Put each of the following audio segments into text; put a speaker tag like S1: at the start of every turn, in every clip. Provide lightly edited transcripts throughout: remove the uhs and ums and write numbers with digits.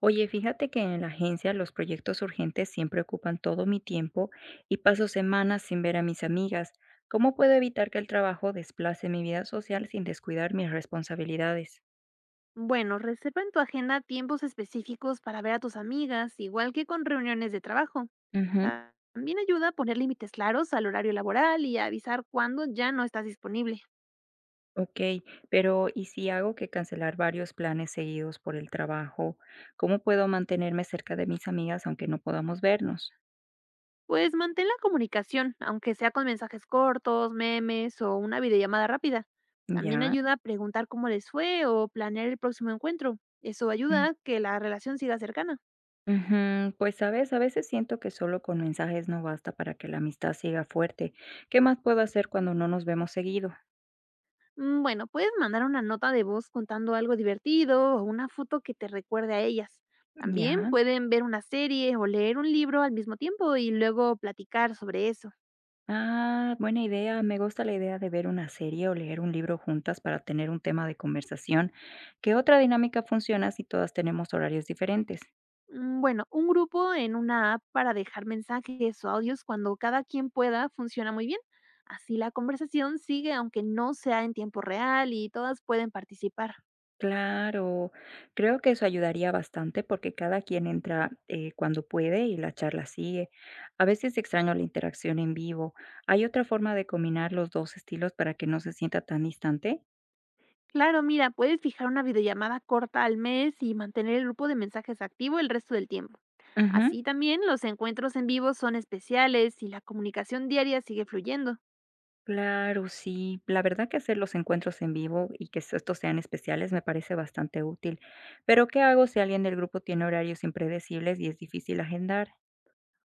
S1: Oye, fíjate que en la agencia los proyectos urgentes siempre ocupan todo mi tiempo y paso semanas sin ver a mis amigas. ¿Cómo puedo evitar que el trabajo desplace mi vida social sin descuidar mis responsabilidades?
S2: Bueno, reserva en tu agenda tiempos específicos para ver a tus amigas, igual que con reuniones de trabajo.
S1: Ujú.
S2: También ayuda a poner límites claros al horario laboral y a avisar cuando ya no estás disponible.
S1: Ok, pero ¿y si hago que cancelar varios planes seguidos por el trabajo? ¿Cómo puedo mantenerme cerca de mis amigas aunque no podamos vernos?
S2: Pues mantén la comunicación, aunque sea con mensajes cortos, memes o una videollamada rápida. También
S1: Ya.
S2: ayuda a preguntar cómo les fue o planear el próximo encuentro. Eso ayuda a que la relación siga cercana.
S1: Ujú, pues sabes, a veces siento que solo con mensajes no basta para que la amistad siga fuerte. ¿Qué más puedo hacer cuando no nos vemos seguido?
S2: Bueno, puedes mandar una nota de voz contando algo divertido o una foto que te recuerde a ellas. También
S1: Ya.
S2: pueden ver una serie o leer un libro al mismo tiempo y luego platicar sobre eso.
S1: Ah, buena idea. Me gusta la idea de ver una serie o leer un libro juntas para tener un tema de conversación. ¿Qué otra dinámica funciona si todas tenemos horarios diferentes?
S2: Bueno, un grupo en una app para dejar mensajes o audios cuando cada quien pueda funciona muy bien. Así la conversación sigue aunque no sea en tiempo real y todas pueden participar.
S1: Claro, creo que eso ayudaría bastante porque cada quien entra cuando puede y la charla sigue. A veces extraño la interacción en vivo. ¿Hay otra forma de combinar los dos estilos para que no se sienta tan distante?
S2: Claro, mira, puedes fijar una videollamada corta al mes y mantener el grupo de mensajes activo el resto del tiempo.
S1: Ujú,
S2: Así también, los encuentros en vivo son especiales y la comunicación diaria sigue fluyendo.
S1: claro, sí. La verdad que hacer los encuentros en vivo y que estos sean especiales me parece bastante útil. Pero ¿qué hago si alguien del grupo tiene horarios impredecibles y es difícil agendar?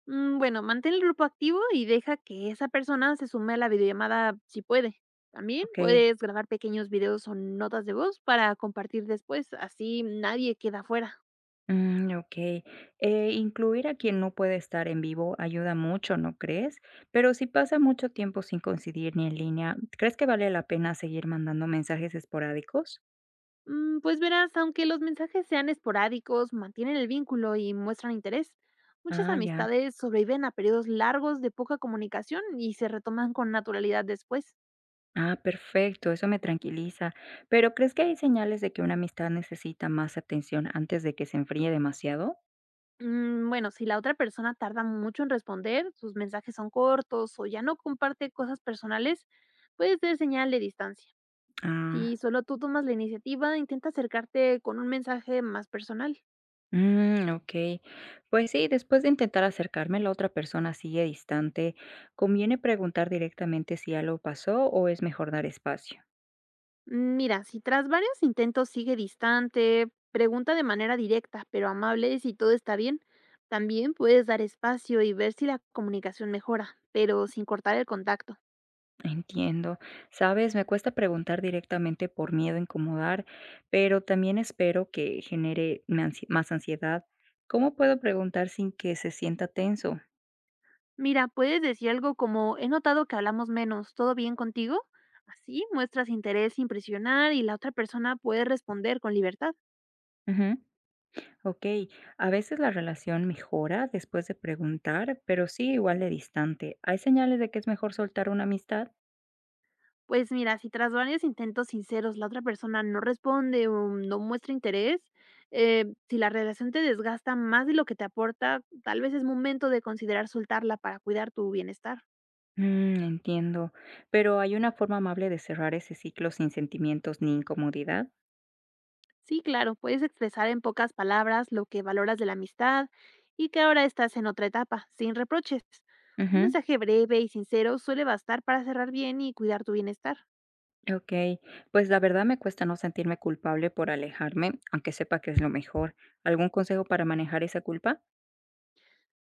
S2: Bueno, mantén el grupo activo y deja que esa persona se sume a la videollamada si puede. También
S1: Ok.
S2: puedes grabar pequeños videos o notas de voz para compartir después, así nadie queda fuera.
S1: Mm, okey. Incluir a quien no puede estar en vivo ayuda mucho, ¿no crees? Pero si pasa mucho tiempo sin coincidir ni en línea, ¿crees que vale la pena seguir mandando mensajes esporádicos?
S2: Pues verás, aunque los mensajes sean esporádicos, mantienen el vínculo y muestran interés. Muchas
S1: Ah, ya.
S2: amistades sobreviven a periodos largos de poca comunicación y se retoman con naturalidad después.
S1: Ah, perfecto, eso me tranquiliza. Pero ¿crees que hay señales de que una amistad necesita más atención antes de que se enfríe demasiado?
S2: Bueno, si la otra persona tarda mucho en responder, sus mensajes son cortos o ya no comparte cosas personales, puede ser señal de distancia. Si
S1: Ah.
S2: solo tú tomas la iniciativa, intenta acercarte con un mensaje más personal.
S1: Mm, okey. Pues sí, después de intentar acercarme, la otra persona sigue distante. ¿Conviene preguntar directamente si algo pasó o es mejor dar espacio?
S2: Mira, si tras varios intentos sigue distante, pregunta de manera directa pero amable si todo está bien. También puedes dar espacio y ver si la comunicación mejora, pero sin cortar el contacto.
S1: Entiendo. Sabes, me cuesta preguntar directamente por miedo a incomodar, pero también espero que genere me ansi más ansiedad. ¿Cómo puedo preguntar sin que se sienta tenso?
S2: Mira, puedes decir algo como, he notado que hablamos menos, ¿todo bien contigo? Así muestras interés sin presionar y la otra persona puede responder con libertad.
S1: Ujú. Okey. A veces la relación mejora después de preguntar, pero sí igual de distante. ¿Hay señales de que es mejor soltar una amistad?
S2: Pues mira, si tras varios intentos sinceros la otra persona no responde o no muestra interés, si la relación te desgasta más de lo que te aporta, tal vez es momento de considerar soltarla para cuidar tu bienestar.
S1: Mm, entiendo. Pero ¿hay una forma amable de cerrar ese ciclo sin sentimientos ni incomodidad?
S2: Sí, claro, puedes expresar en pocas palabras lo que valoras de la amistad y que ahora estás en otra etapa, sin reproches. Un
S1: Ujú,
S2: mensaje breve y sincero suele bastar para cerrar bien y cuidar tu bienestar.
S1: ok, pues la verdad me cuesta no sentirme culpable por alejarme, aunque sepa que es lo mejor. ¿Algún consejo para manejar esa culpa?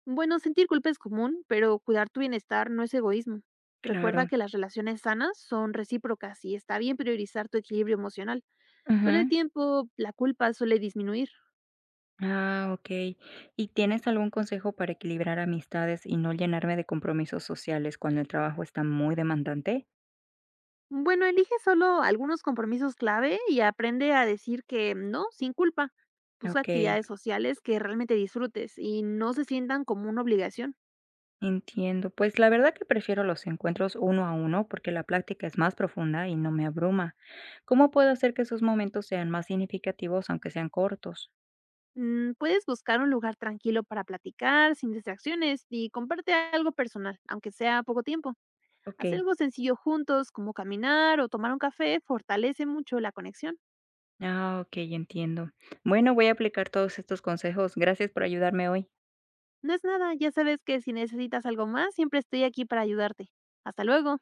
S2: Bueno, sentir culpa es común, pero cuidar tu bienestar no es egoísmo. Recuerda
S1: Claro.
S2: que las relaciones sanas son recíprocas y está bien priorizar tu equilibrio emocional. Con el
S1: Ujú.
S2: tiempo, la culpa suele disminuir.
S1: Ah, ok. ¿Y tienes algún consejo para equilibrar amistades y no llenarme de compromisos sociales cuando el trabajo está muy demandante?
S2: Bueno, elige solo algunos compromisos clave y aprende a decir que no, sin culpa. Busca
S1: Ok.
S2: actividades sociales que realmente disfrutes y no se sientan como una obligación.
S1: Entiendo. Pues la verdad que prefiero los encuentros uno a uno porque la práctica es más profunda y no me abruma. ¿Cómo puedo hacer que esos momentos sean más significativos aunque sean cortos?
S2: Puedes buscar un lugar tranquilo para platicar, sin distracciones, y comparte algo personal, aunque sea poco tiempo. Hacer
S1: Ok.
S2: algo sencillo juntos, como caminar o tomar un café, fortalece mucho la conexión.
S1: Ah, ok, entiendo. Bueno, voy a aplicar todos estos consejos. Gracias por ayudarme hoy.
S2: No es nada, ya sabes que si necesitas algo más, siempre estoy aquí para ayudarte. Hasta luego.